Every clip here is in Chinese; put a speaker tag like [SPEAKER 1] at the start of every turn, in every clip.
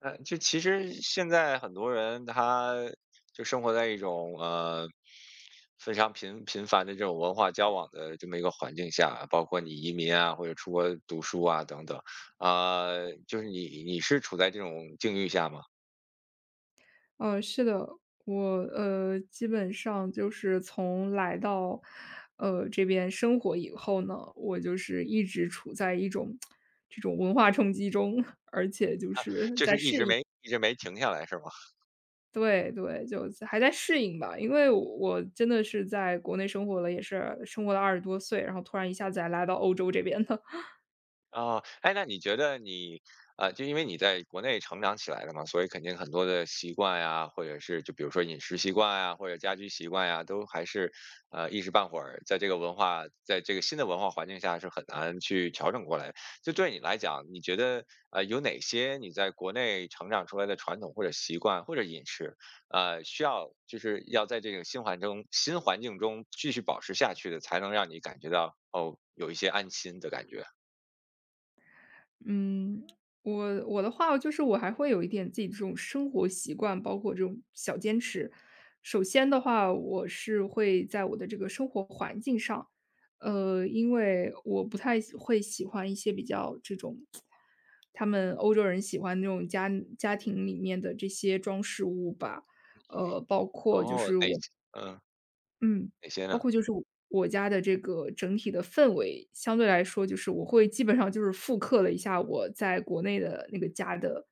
[SPEAKER 1] 就其实现在很多人他就生活在一种非常频繁的这种文化交往的这么一个环境下，包括你移民啊，或者出国读书啊等等，啊、就是你是处在这种境遇下吗？
[SPEAKER 2] 是的，我基本上就是从来到这边生活以后呢，我就是一直处在一种这种文化冲击中，而且就
[SPEAKER 1] 啊，
[SPEAKER 2] 是
[SPEAKER 1] 就
[SPEAKER 2] 在
[SPEAKER 1] 是一
[SPEAKER 2] 适
[SPEAKER 1] 直
[SPEAKER 2] 应。
[SPEAKER 1] 没一直没停下来是吗？
[SPEAKER 2] 对对，就还在适应吧，因为我真的是在国内生活了，也是生活了20多岁，然后突然一下子来到欧洲这边的。
[SPEAKER 1] 哦，哎，那你觉得你，就因为你在国内成长起来的嘛，所以肯定很多的习惯呀，或者是就比如说饮食习惯呀，或者家居习惯呀，都还是，一时半会儿在这个文化，在这个新的文化环境下是很难去调整过来的。就对你来讲，你觉得，有哪些你在国内成长出来的传统或者习惯或者饮食，需要就是要在这个新环境中继续保持下去的，才能让你感觉到哦，有一些安心的感觉？
[SPEAKER 2] 嗯，我的话就是我还会有一点自己这种生活习惯，包括这种小坚持。首先的话，我是会在我的这个生活环境上。因为我不太会喜欢一些比较这种，他们欧洲人喜欢那种家庭里面的这些装饰物吧。呃，包括就
[SPEAKER 1] 哦。
[SPEAKER 2] 是我
[SPEAKER 1] 嗯。
[SPEAKER 2] 嗯，
[SPEAKER 1] 哪些
[SPEAKER 2] 包
[SPEAKER 1] 呢？
[SPEAKER 2] 括就是我我家的这个整体的氛围，相对来说就是我会基本上就是复刻了一下我在国内的那个家的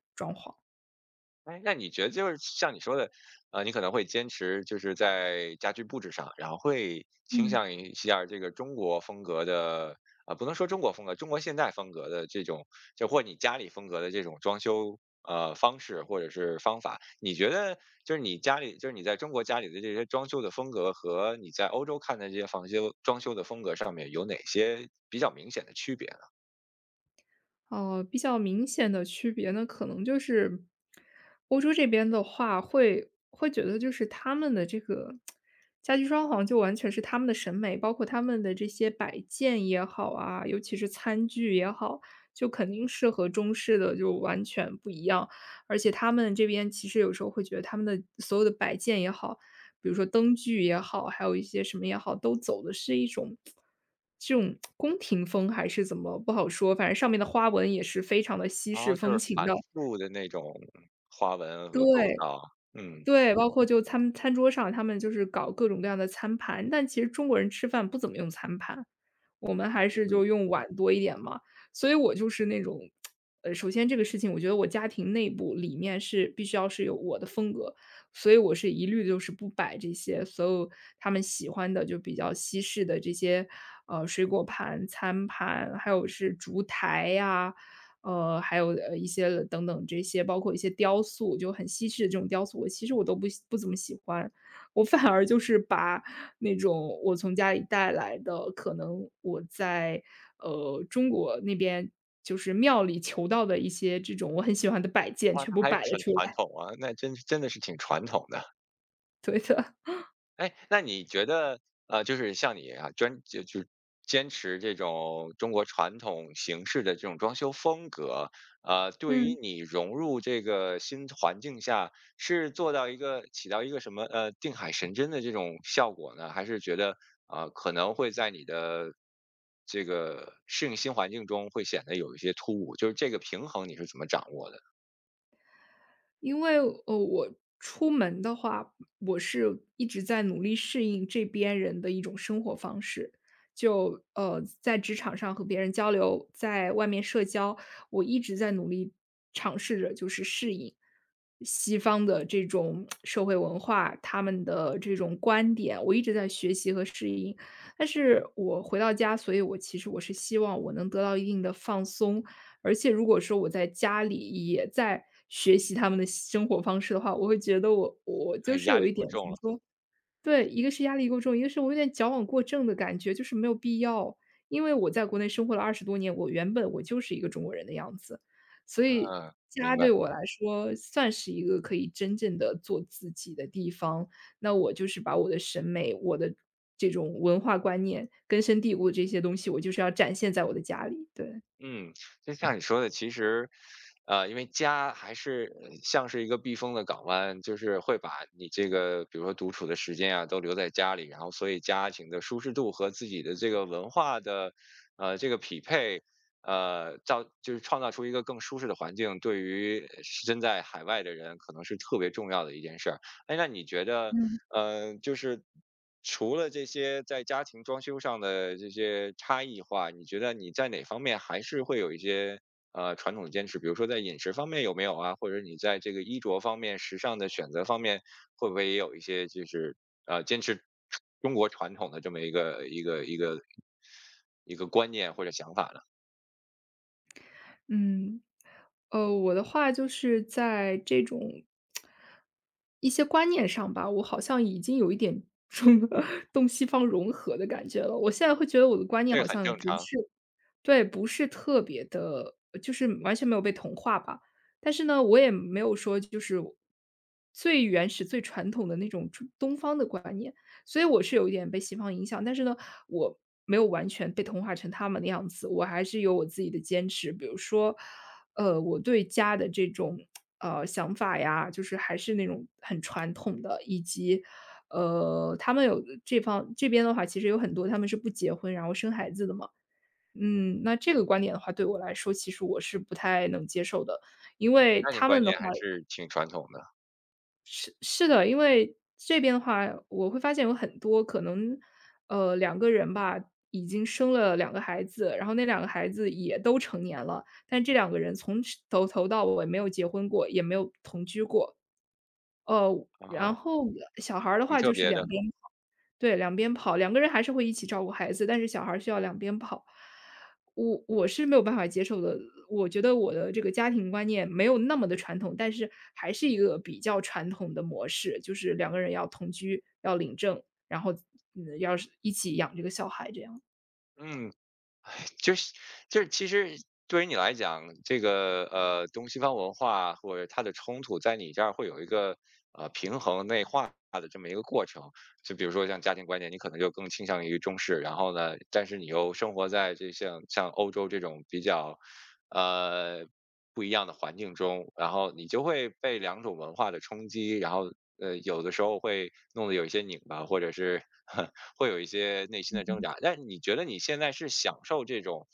[SPEAKER 1] 哎，那你觉得就是像你说的，你可能会坚持就是在家居布置上，然后会倾
[SPEAKER 2] 嗯。
[SPEAKER 1] 向于一下儿这个中国风格的。不能说中国风格，中国现代风格的这种，就或你家里风格的这种装修。方式或者是方法，你觉得就是你家里，就是你在中国家里的这些装修的风格和你在欧洲看的这些装修的风格上面有哪些比较明显的区别呢？
[SPEAKER 2] 比较明显的区别呢，可能就是欧洲这边的话会觉得就是他们的这个家居装潢就完全是他们的审美，包括他们的这些摆件也好啊，尤其是餐具也好，就肯定是和中式的就完全不一样。而且他们这边其实有时候会觉得他们的所有的摆件也好，比如说灯具也好，还有一些什么也好，都走的是一种这种宫廷风还是怎么不好说，反正上面的花纹也是非常的西
[SPEAKER 1] 然后
[SPEAKER 2] 式
[SPEAKER 1] 就
[SPEAKER 2] 风
[SPEAKER 1] 是
[SPEAKER 2] 情
[SPEAKER 1] 繁
[SPEAKER 2] 的。
[SPEAKER 1] 复的那种花纹和构
[SPEAKER 2] 对。
[SPEAKER 1] 造。嗯
[SPEAKER 2] 对，包括就餐桌上，他们就是搞各种各样的餐盘，但其实中国人吃饭不怎么用餐盘，我们还是
[SPEAKER 1] 嗯。
[SPEAKER 2] 就用碗多一点嘛。所以我就是那种。首先这个事情，我觉得我家庭内部里面是必须要是有我的风格，所以我是一律就是不摆这些所有他们喜欢的就比较西式的这些，水果盘、餐盘，还有是烛台呀、还有，一些等等这些，包括一些雕塑，就很西式的这种雕塑，我其实我都不怎么喜欢。我反而就是把那种我从家里带来的，可能我在，中国那边就是庙里求到的一些这种我很喜欢的摆件，
[SPEAKER 1] 哇，
[SPEAKER 2] 全
[SPEAKER 1] 它
[SPEAKER 2] 部
[SPEAKER 1] 还
[SPEAKER 2] 摆了
[SPEAKER 1] 很
[SPEAKER 2] 出
[SPEAKER 1] 传
[SPEAKER 2] 来，
[SPEAKER 1] 统啊，那真的是挺传统的。
[SPEAKER 2] 对的。
[SPEAKER 1] 哎，那你觉得，就是像你啊，就坚持这种中国传统形式的这种装修风格，对于
[SPEAKER 2] 嗯。
[SPEAKER 1] 你融入这个新环境下，是做到一个起到一个什么定海神针的这种效果呢？还是觉得可能会在你的这个适应新环境中会显得有一些突兀？就是这个平衡你是怎么掌握的？
[SPEAKER 2] 因为，我出门的话，我是一直在努力适应这边人的一种生活方式。就，在职场上和别人交流，在外面社交，我一直在努力尝试着就是适应西方的这种社会文化，他们的这种观点，我一直在学习和适应。但是我回到家，所以我其实是希望我能得到一定的放松，而且如果说我在家里也在学习他们的生活方式的话，我会觉得我
[SPEAKER 1] 哎，
[SPEAKER 2] 就是
[SPEAKER 1] 压
[SPEAKER 2] 有
[SPEAKER 1] 力
[SPEAKER 2] 一
[SPEAKER 1] 过
[SPEAKER 2] 点怎
[SPEAKER 1] 重
[SPEAKER 2] 么
[SPEAKER 1] 了。
[SPEAKER 2] 说。对，一个是压力过重，一个是我有点矫枉过正的感觉，就是没有必要。因为我在国内生活了20多年，我原本就是一个中国人的样子，所以
[SPEAKER 1] 嗯，明
[SPEAKER 2] 家
[SPEAKER 1] 白。
[SPEAKER 2] 对我来说算是一个可以真正的做自己的地方。那我就是把我的审美、我的这种文化观念根深蒂固的这些东西，我就是要展现在我的家里，对。
[SPEAKER 1] 嗯，就像你说的，其实，因为家还是像是一个避风的港湾，就是会把你这个，比如说独处的时间啊，都留在家里，然后所以家庭的舒适度和自己的这个文化的，这个匹配，造就是创造出一个更舒适的环境，对于身在海外的人可能是特别重要的一件事儿。哎，那你觉得？就是除了这些在家庭装修上的这些差异化，你觉得你在哪方面还是会有一些传统的坚持？比如说在饮食方面有没有啊？或者你在这个衣着方面、时尚的选择方面，会不会也有一些就是坚持中国传统的这么一个观念或者想法呢？
[SPEAKER 2] 嗯，我的话就是在这种一些观念上吧，我好像已经有一点 中东西方融合的感觉了。我现在会觉得我的观
[SPEAKER 1] 这
[SPEAKER 2] 念
[SPEAKER 1] 个
[SPEAKER 2] 好
[SPEAKER 1] 很
[SPEAKER 2] 像
[SPEAKER 1] 正
[SPEAKER 2] 不
[SPEAKER 1] 常。
[SPEAKER 2] 是，对，不是特别的，就是完全没有被同化吧。但是呢，我也没有说就是最原始、最传统的那种东方的观念。所以我是有一点被西方影响，但是呢，我没有完全被同化成他们的样子，我还是有我自己的坚持。比如说，我对家的这种想法呀，就是还是那种很传统的，以及他们有这边的话，其实有很多他们是不结婚然后生孩子的嘛。那这个观点的话，对我来说，其实我是不太能接受的，因为
[SPEAKER 1] 家庭
[SPEAKER 2] 他
[SPEAKER 1] 观
[SPEAKER 2] 们的
[SPEAKER 1] 念
[SPEAKER 2] 话。
[SPEAKER 1] 还是挺传统的
[SPEAKER 2] 是是的，因为这边的话，我会发现有很多可能，两个人吧，已经生了两个孩子，然后那两个孩子也都成年了，但这两个人从头到尾没有结婚过，也没有同居过。然
[SPEAKER 1] 啊。
[SPEAKER 2] 后小孩儿的
[SPEAKER 1] 挺
[SPEAKER 2] 话
[SPEAKER 1] 特
[SPEAKER 2] 就是
[SPEAKER 1] 别的。
[SPEAKER 2] 两边跑，对，两边跑，两个人还是会一起照顾孩子，但是小孩儿需要两边跑。我是没有办法接受的，我觉得我的这个家庭观念没有那么的传统，但是还是一个比较传统的模式，就是两个人要同居，要领证，然后要是一起养这个小孩这样。
[SPEAKER 1] 嗯，就是就是其实对于你来讲，这个东西方文化或者它的冲突，在你这儿会有一个呃化的这么一个过程。就比如说像家庭观念，你可能就更倾向于中式，然后呢，但是你又生活在这像欧洲这种比较，呃，不一样的环境中，然后你就会被两种文化的冲击，然后有的时候会弄得有一些拧巴，或者是 会有一些内心的挣扎。但你觉得你现在是享受这种，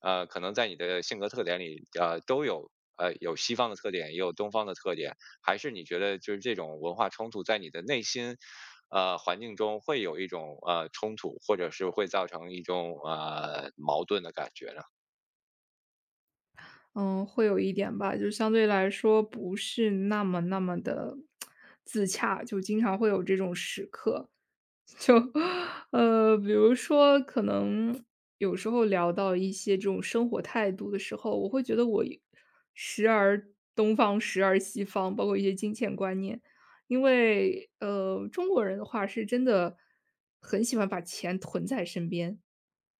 [SPEAKER 1] 可能在你的性格特点里，都有有西方的特点，也有东方的特点，还是你觉得就是这种文化冲突在你的内心，环境中会有一种冲突，或者是会造成一种矛盾的感觉呢？
[SPEAKER 2] 嗯，会有一点吧，就相对来说不是那么的 自洽，就经常会有这种时刻。就比如说可能有时候聊到一些这种生活态度的时候，我会觉得我时而东方，时而西方，包括一些金钱观念。因为中国人的话是真的很喜欢把钱囤在身边，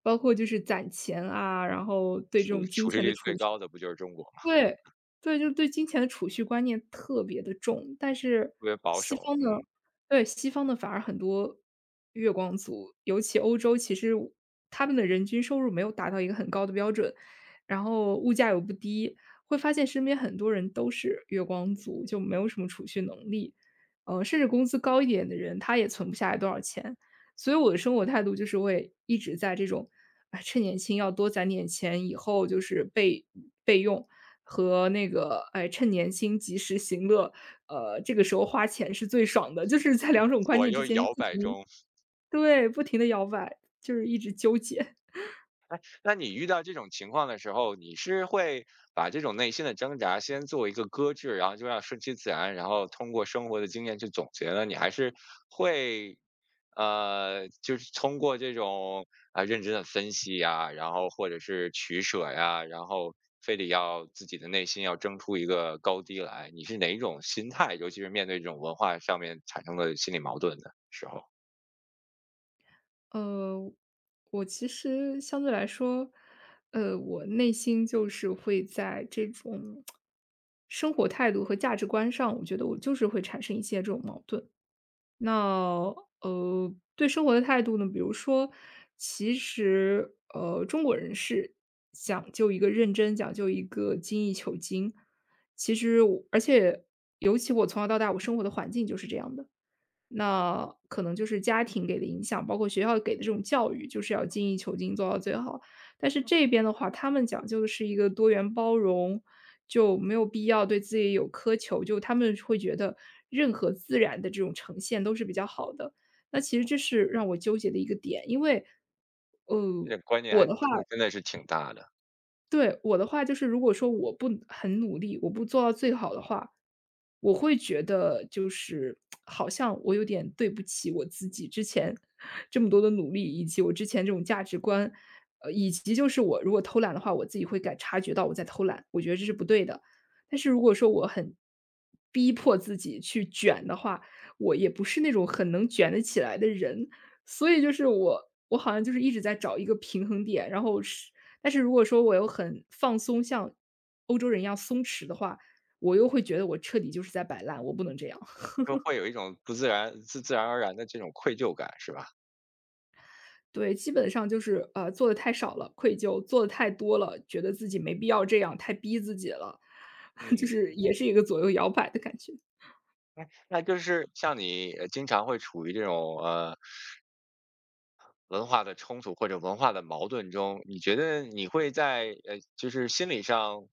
[SPEAKER 2] 包括就是攒钱啊，然后对这
[SPEAKER 1] 处
[SPEAKER 2] 种金
[SPEAKER 1] 蓄
[SPEAKER 2] 钱的
[SPEAKER 1] 率最
[SPEAKER 2] 储。
[SPEAKER 1] 高的不就是中国吗？
[SPEAKER 2] 对，对，就对金钱的储蓄观念特别的重，但是
[SPEAKER 1] 特别保
[SPEAKER 2] 西
[SPEAKER 1] 守。
[SPEAKER 2] 方
[SPEAKER 1] 嗯，
[SPEAKER 2] 的。对，西方的反而很多月光族，尤其欧洲，其实他们的人均收入没有达到一个很高的标准，然后物价又不低，会发现身边很多人都是月光族，就没有什么储蓄能力。甚至工资高一点的人，他也存不下来多少钱。所以我的生活态度就是会一直在这种，哎，趁年轻要多攒点钱，以后就是备用和那个，哎，趁年轻及时行乐，这个时候花钱是最爽的，就是在两种观
[SPEAKER 1] 左
[SPEAKER 2] 念之
[SPEAKER 1] 右
[SPEAKER 2] 间
[SPEAKER 1] 摇
[SPEAKER 2] 不
[SPEAKER 1] 摆
[SPEAKER 2] 停。
[SPEAKER 1] 中。
[SPEAKER 2] 对，不停地摇摆，就是一直纠结。
[SPEAKER 1] 那你遇到这种情况的时候，你是会把这种内心的挣扎先做一个搁置，然后就让顺其自然，然后通过生活的经验去总结呢？你还是会，就是通过这种认真的分析呀，然后或者是取舍呀，然后非得要自己的内心要争出一个高低来？你是哪一种心态？尤其是面对这种文化上面产生的心理矛盾的时候，
[SPEAKER 2] 呃，我其实相对来说，我内心就是会在这种生活态度和价值观上，我觉得我就是会产生一些这种矛盾。那对生活的态度呢，比如说，其实中国人是讲究一个认真，讲究一个精益求精。其实我而且尤其我从小到大，我生活的环境就是这样的。那可能就是家庭给的影响，包括学校给的这种教育，就是要精益求精，做到最好。但是这边的话，他们讲究的是一个多元包容，就没有必要对自己有苛求，就他们会觉得任何自然的这种呈现都是比较好的。那其实这是让我纠结的一个点，因为，呃，
[SPEAKER 1] 这个观念还
[SPEAKER 2] 我的话。
[SPEAKER 1] 冲突真的是挺大的。
[SPEAKER 2] 对，我的话就是，如果说我不很努力，我不做到最好的话，我会觉得就是好像我有点对不起我自己之前这么多的努力，以及我之前这种价值观，以及就是我如果偷懒的话，我自己会察觉到我在偷懒，我觉得这是不对的。但是如果说我很逼迫自己去卷的话，我也不是那种很能卷得起来的人，所以就是我好像就是一直在找一个平衡点，但是如果说我又很放松，像欧洲人一样松弛的话，我又会觉得我彻底就是在摆烂，我不能这样。
[SPEAKER 1] 就会有一种不自然自自然而然的这种愧疚感，是吧？
[SPEAKER 2] 对，基本上就是，做的太少了，愧疚；做的太多了，觉得自己没必要这样，太逼自己了。就
[SPEAKER 1] 嗯，
[SPEAKER 2] 是也是一个左右摇摆的感觉。
[SPEAKER 1] 那就是像你，经常会处于这种，文化的冲突或者文化的矛盾中，你觉得你会在，就是心理上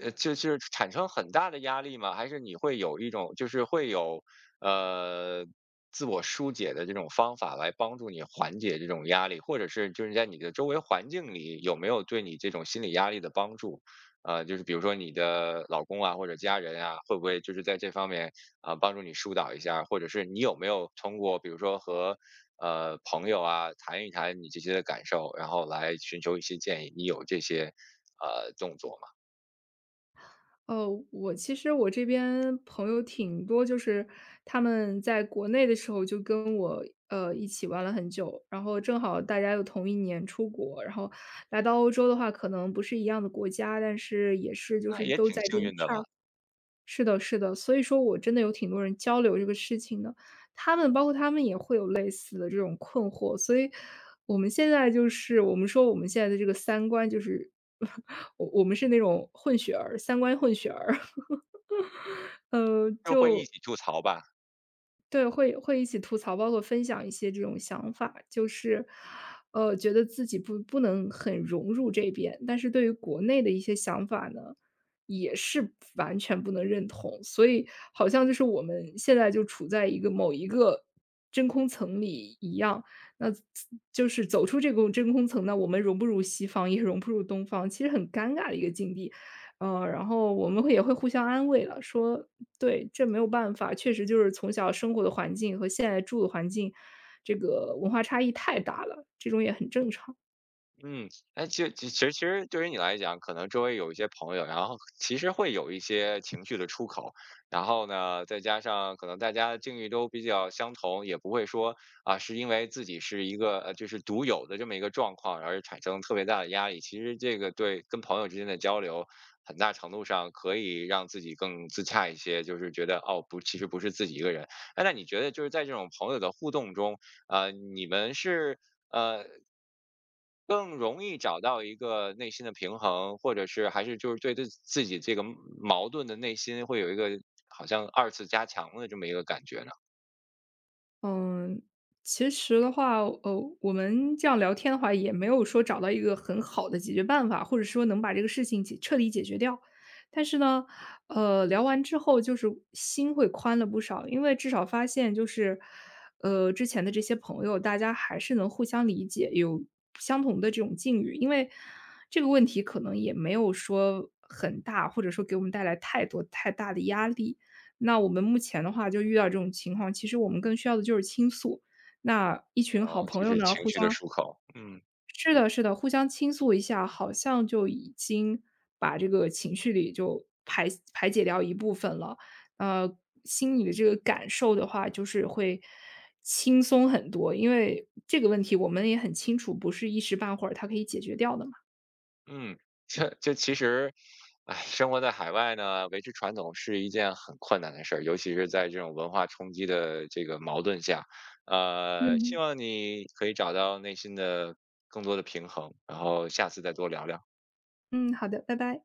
[SPEAKER 1] 就是产生很大的压力吗？还是你会有一种就是会有呃自我疏解的这种方法来帮助你缓解这种压力，或者是就是在你的周围环境里有没有对你这种心理压力的帮助？就是比如说你的老公啊或者家人啊，会不会就是在这方面帮助你疏导一下？或者是你有没有通过比如说和朋友啊谈一谈你这些的感受，然后来寻求一些建议？你有这些动作吗？
[SPEAKER 2] 哦，其实我这边朋友挺多，就是他们在国内的时候就跟我一起玩了很久，然后正好大家又同一年出国，然后来到欧洲的话，可能不是一样的国家，但是也是就
[SPEAKER 1] 那
[SPEAKER 2] 是
[SPEAKER 1] 也
[SPEAKER 2] 都
[SPEAKER 1] 挺
[SPEAKER 2] 在这
[SPEAKER 1] 幸
[SPEAKER 2] 一
[SPEAKER 1] 运的
[SPEAKER 2] 片
[SPEAKER 1] 了。
[SPEAKER 2] 儿。是的，是的，所以说我真的有挺多人交流这个事情的，包括他们也会有类似的这种困惑，所以我们说我们现在的这个三观就是 我们是那种混血儿，三观混血儿，呃，
[SPEAKER 1] 就会一
[SPEAKER 2] 就
[SPEAKER 1] 起吐槽吧。
[SPEAKER 2] 对，会一起吐槽，包括分享一些这种想法，就是，觉得自己不能很融入这边，但是对于国内的一些想法呢，也是完全不能认同，所以好像就是我们现在就处在某一个真空层里一样，那就是走出这个真空层呢，我们融不入西方，也融不入东方，其实很尴尬的一个境地。然后我们也会互相安慰了，说对，这没有办法，确实就是从小生活的环境和现在住的环境，这个文化差异太大了，这种也很正常。
[SPEAKER 1] 嗯，哎，其实对于你来讲，可能周围有一些朋友，然后其实会有一些情绪的出口，然后呢，再加上可能大家的境遇都比较相同，也不会说啊，是因为自己是一个就是独有的这么一个状况，而产生特别大的压力。其实这个对跟朋友之间的交流，很大程度上可以让自己更自洽一些，就是觉得哦，不，其实不是自己一个人。哎，那你觉得就是在这种朋友的互动中，你们是？呃，更容易找到一个内心的平衡，或者是还是就是对自己这个矛盾的内心会有一个好像二次加强的这么一个感觉呢？
[SPEAKER 2] 嗯，其实的话，我们这样聊天的话，也没有说找到一个很好的解决办法，或者说能把这个事情彻底解决掉。但是呢，聊完之后就是心会宽了不少，因为至少发现就是，之前的这些朋友，大家还是能互相理解，有相同的这种境遇，因为这个问题可能也没有说很大，或者说给我们带来太多太大的压力。那我们目前的话就遇到这种情况，其实我们更需要的就是倾诉。那一群好
[SPEAKER 1] 哦，就
[SPEAKER 2] 朋友
[SPEAKER 1] 是
[SPEAKER 2] 呢，
[SPEAKER 1] 情
[SPEAKER 2] 互
[SPEAKER 1] 绪的
[SPEAKER 2] 相。
[SPEAKER 1] 出口。嗯
[SPEAKER 2] 是的，是的，互相倾诉一下，好像就已经把这个情绪里就排解掉一部分了。呃，心里的这个感受的话，就是会轻松很多，因为这个问题我们也很清楚，不是一时半会儿它可以解决掉的嘛。
[SPEAKER 1] 嗯，这其实，哎，生活在海外呢，维持传统是一件很困难的事儿，尤其是在这种文化冲击的这个矛盾下。希
[SPEAKER 2] 嗯
[SPEAKER 1] 望你可以找到内心的更多的平衡，然后下次再多聊聊。
[SPEAKER 2] 嗯，好的，拜拜。